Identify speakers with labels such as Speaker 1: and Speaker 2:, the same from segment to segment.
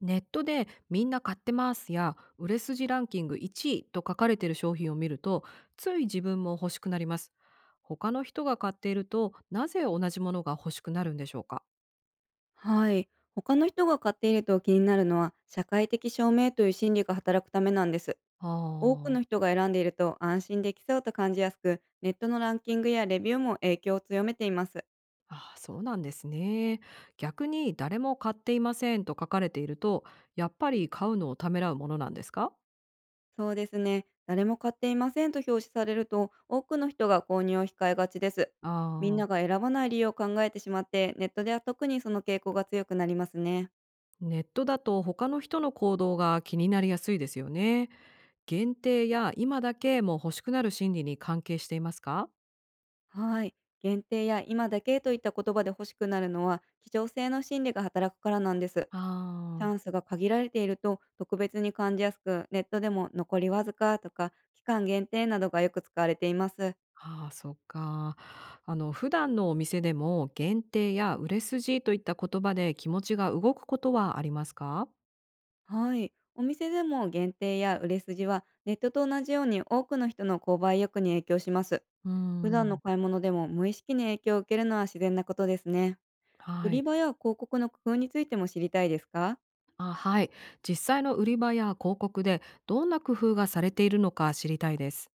Speaker 1: ネットでみんな買ってますや売れ筋ランキング1位と書かれている商品を見ると、つい自分も欲しくなります。他の人が買っているとなぜ同じものが欲しくなるんでしょうか。
Speaker 2: はい。他の人が買っていると気になるのは、社会的証明という心理が働くためなんです。
Speaker 1: あ
Speaker 2: 多く
Speaker 1: ー。
Speaker 2: の人が選んでいると安心できそうと感じやすく、ネットのランキングやレビューも影響を強めています。
Speaker 1: あー、そうなんですね。逆に誰も買っていませんと書かれていると、やっぱり買うのをためらうものなんですか。
Speaker 2: そうですね。誰も買っていませんと表示されると、多くの人が購入を控えがちです。
Speaker 1: あ
Speaker 2: みん
Speaker 1: ー。
Speaker 2: なが選ばない理由を考えてしまって、ネットでは特にその傾向が強くなりますね。
Speaker 1: ネットだと他の人の行動が気になりやすいですよね。限定や今だけも欲しくなる心理に関係していますか。
Speaker 2: はい。限定や今だけといった言葉で欲しくなるのは、希少性の心理が働くからなんです。
Speaker 1: あ
Speaker 2: チャ
Speaker 1: あ、
Speaker 2: ンスが限られていると特別に感じやすく、ネットでも残りわずかとか期間限定などがよく使われています。
Speaker 1: ああ、そっか。普段のお店でも限定や売れ筋といった言葉で気持ちが動くことはありますか？
Speaker 2: はい。お店でも限定や売れ筋はネットと同じように多くの人の購買意欲に影響します。
Speaker 1: うー
Speaker 2: 普段の
Speaker 1: ん、
Speaker 2: 買い物でも無意識に影響を受けるのは自然なことですね。売
Speaker 1: は
Speaker 2: り
Speaker 1: い。
Speaker 2: 場や広告の工夫についても知りたいですか？
Speaker 1: あ、はい。実際の売り場や広告でどんな工夫がされているのか知りたいです。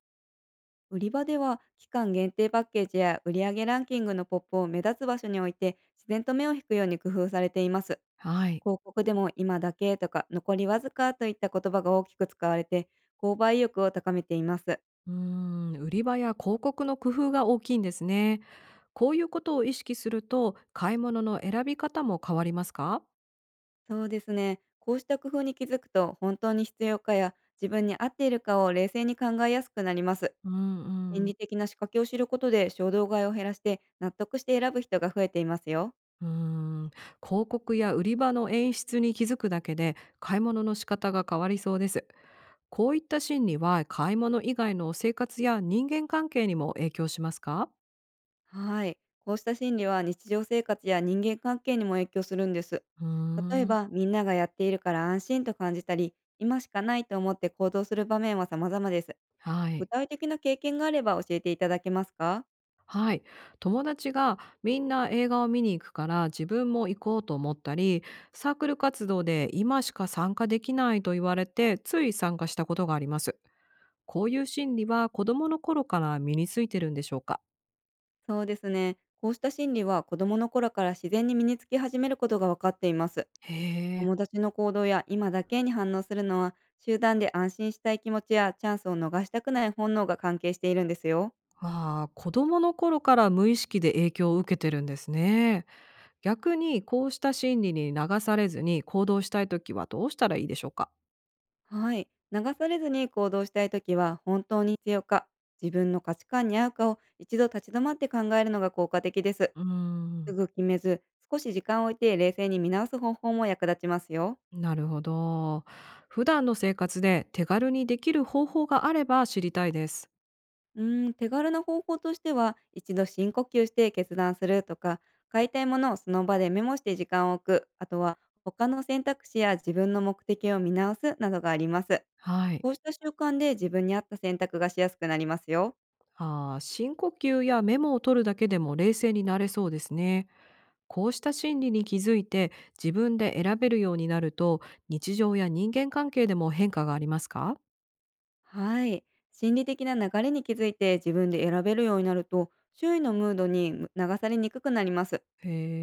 Speaker 2: 売り場では期間限定パッケージや売上ランキングのポップを目立つ場所に置いて、自然と目を引くように工夫されています。
Speaker 1: はい。
Speaker 2: 広告でも今だけとか残りわずかといった言葉が大きく使われて、購買意欲を高めています。
Speaker 1: うーん、売り場や広告の工夫が大きいんですね。こういうことを意識すると、買い物の選び方も変わりますか？
Speaker 2: そうですね。こうした工夫に気づくと、本当に必要かや自分に合っているかを冷静に考えやすくなります。
Speaker 1: うんう
Speaker 2: 心
Speaker 1: ん。
Speaker 2: 理的な仕掛けを知ることで、衝動買いを減らして納得して選ぶ人が増えていますよ。
Speaker 1: うーん、広告や売り場の演出に気づくだけで買い物の仕方が変わりそうです。こういった心理は買い物以外の生活や人間関係にも影響しますか。
Speaker 2: はい。こうした心理は日常生活や人間関係にも影響するんです。
Speaker 1: うー
Speaker 2: 例え
Speaker 1: ん、
Speaker 2: ば、みんながやっているから安心と感じたり、今しかないと思って行動する場面は様々です。
Speaker 1: は
Speaker 2: 具
Speaker 1: い。
Speaker 2: 体的な経験があれば教えていただけますか？
Speaker 1: はい。友達がみんな映画を見に行くから自分も行こうと思ったり、サークル活動で今しか参加できないと言われてつい参加したことがあります。こういう心理は子供の頃から身についてるんでしょうか。
Speaker 2: そうですね。こうした心理は子供の頃から自然に身につき始めることが分かっています。
Speaker 1: へえ。
Speaker 2: 友達の行動や今だけに反応するのは、集団で安心したい気持ちやチャンスを逃したくない本能が関係しているんですよ。
Speaker 1: ああ、子供の頃から無意識で影響を受けてるんですね。逆にこうした心理に流されずに行動したいときはどうしたらいいでしょうか？
Speaker 2: はい。流されずに行動したいときは、本当に必要か、自分の価値観に合うかを一度立ち止まって考えるのが効果的です。
Speaker 1: うー
Speaker 2: す
Speaker 1: ん、
Speaker 2: ぐ決めず、少し時間を置いて冷静に見直す方法も役立ちますよ。
Speaker 1: なるほど。普段の生活で手軽にできる方法があれば知りたいです。
Speaker 2: 手軽な方法としては、一度深呼吸して決断するとか、買いたいものをその場でメモして時間を置く、あとは他の選択肢や自分の目的を見直すなどがあります。
Speaker 1: はい。
Speaker 2: こうした習慣で自分に合った選択がしやすくなりますよ。
Speaker 1: ああ、深呼吸やメモを取るだけでも冷静になれそうですね。こうした心理に気づいて自分で選べるようになると、日常や人間関係でも変化がありますか？
Speaker 2: はい。心理的な流れに気づいて自分で選べるようになると、周囲のムードに流されにくくなります。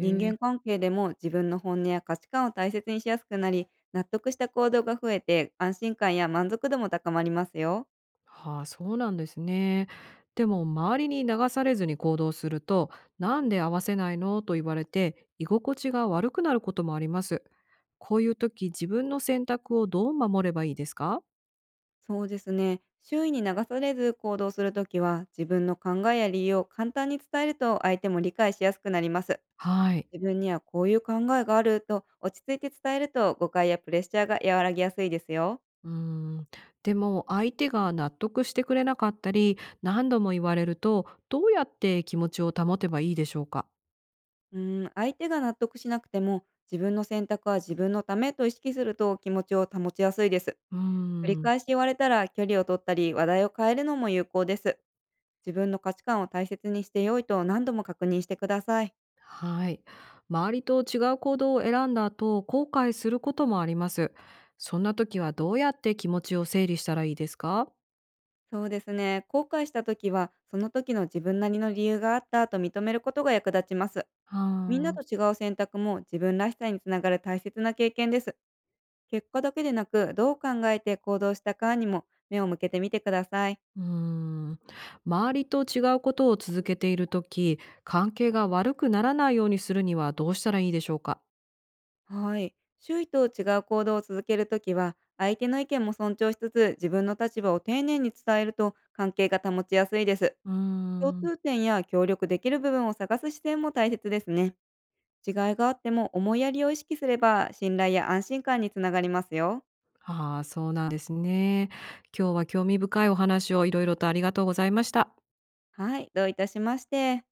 Speaker 2: 人間
Speaker 1: え。
Speaker 2: 関係でも自分の本音や価値観を大切にしやすくなり、納得した行動が増えて、安心感や満足度も高まりますよ。
Speaker 1: はあ、そうなんですね。でも周りに流されずに行動すると、なんで合わせないのと言われて、居心地が悪くなることもあります。こういう時、自分の選択をどう守ればいいですか。
Speaker 2: そうですね。周囲に流されず行動するときは、自分の考えや理由を簡単に伝えると相手も理解しやすくなります。
Speaker 1: はい。
Speaker 2: 自分にはこういう考えがあると落ち着いて伝えると、誤解やプレッシャーが和らぎやすいですよ。
Speaker 1: うーん。でも相手が納得してくれなかったり、何度も言われると、どうやって気持ちを保てばいいでしょうか。
Speaker 2: 相手が納得しなくても、自分の選択は自分のためと意識すると気持ちを保ちやすいです。
Speaker 1: うー
Speaker 2: 繰り
Speaker 1: ん。
Speaker 2: 返し言われたら、距離を取ったり話題を変えるのも有効です。自分の価値観を大切にして良いと何度も確認してください。
Speaker 1: はい。周りと違う行動を選んだ後、後悔することもあります。そんな時はどうやって気持ちを整理したらいいですか。
Speaker 2: そうですね。後悔した時は、その時の自分なりの理由があったと認めることが役立ちます。
Speaker 1: あ
Speaker 2: みんなと
Speaker 1: ー。
Speaker 2: 違う選択も自分らしさにつながる大切な経験です。結果だけでなく、どう考えて行動したかにも目を向けてみてください。
Speaker 1: うーん。周りと違うことを続けている時、関係が悪くならないようにするにはどうしたらいいでしょうか。
Speaker 2: はい。周囲と違う行動を続けるときは、相手の意見も尊重しつつ、自分の立場を丁寧に伝えると関係が保ちやすいです。
Speaker 1: うー
Speaker 2: 共
Speaker 1: ん。
Speaker 2: 通点や協力できる部分を探す視点も大切ですね。違いがあっても思いやりを意識すれば、信頼や安心感につながりますよ。
Speaker 1: ああー、そうなんですね。今日は興味深いお話をいろいろとありがとうございました。
Speaker 2: はい、どういたしまして。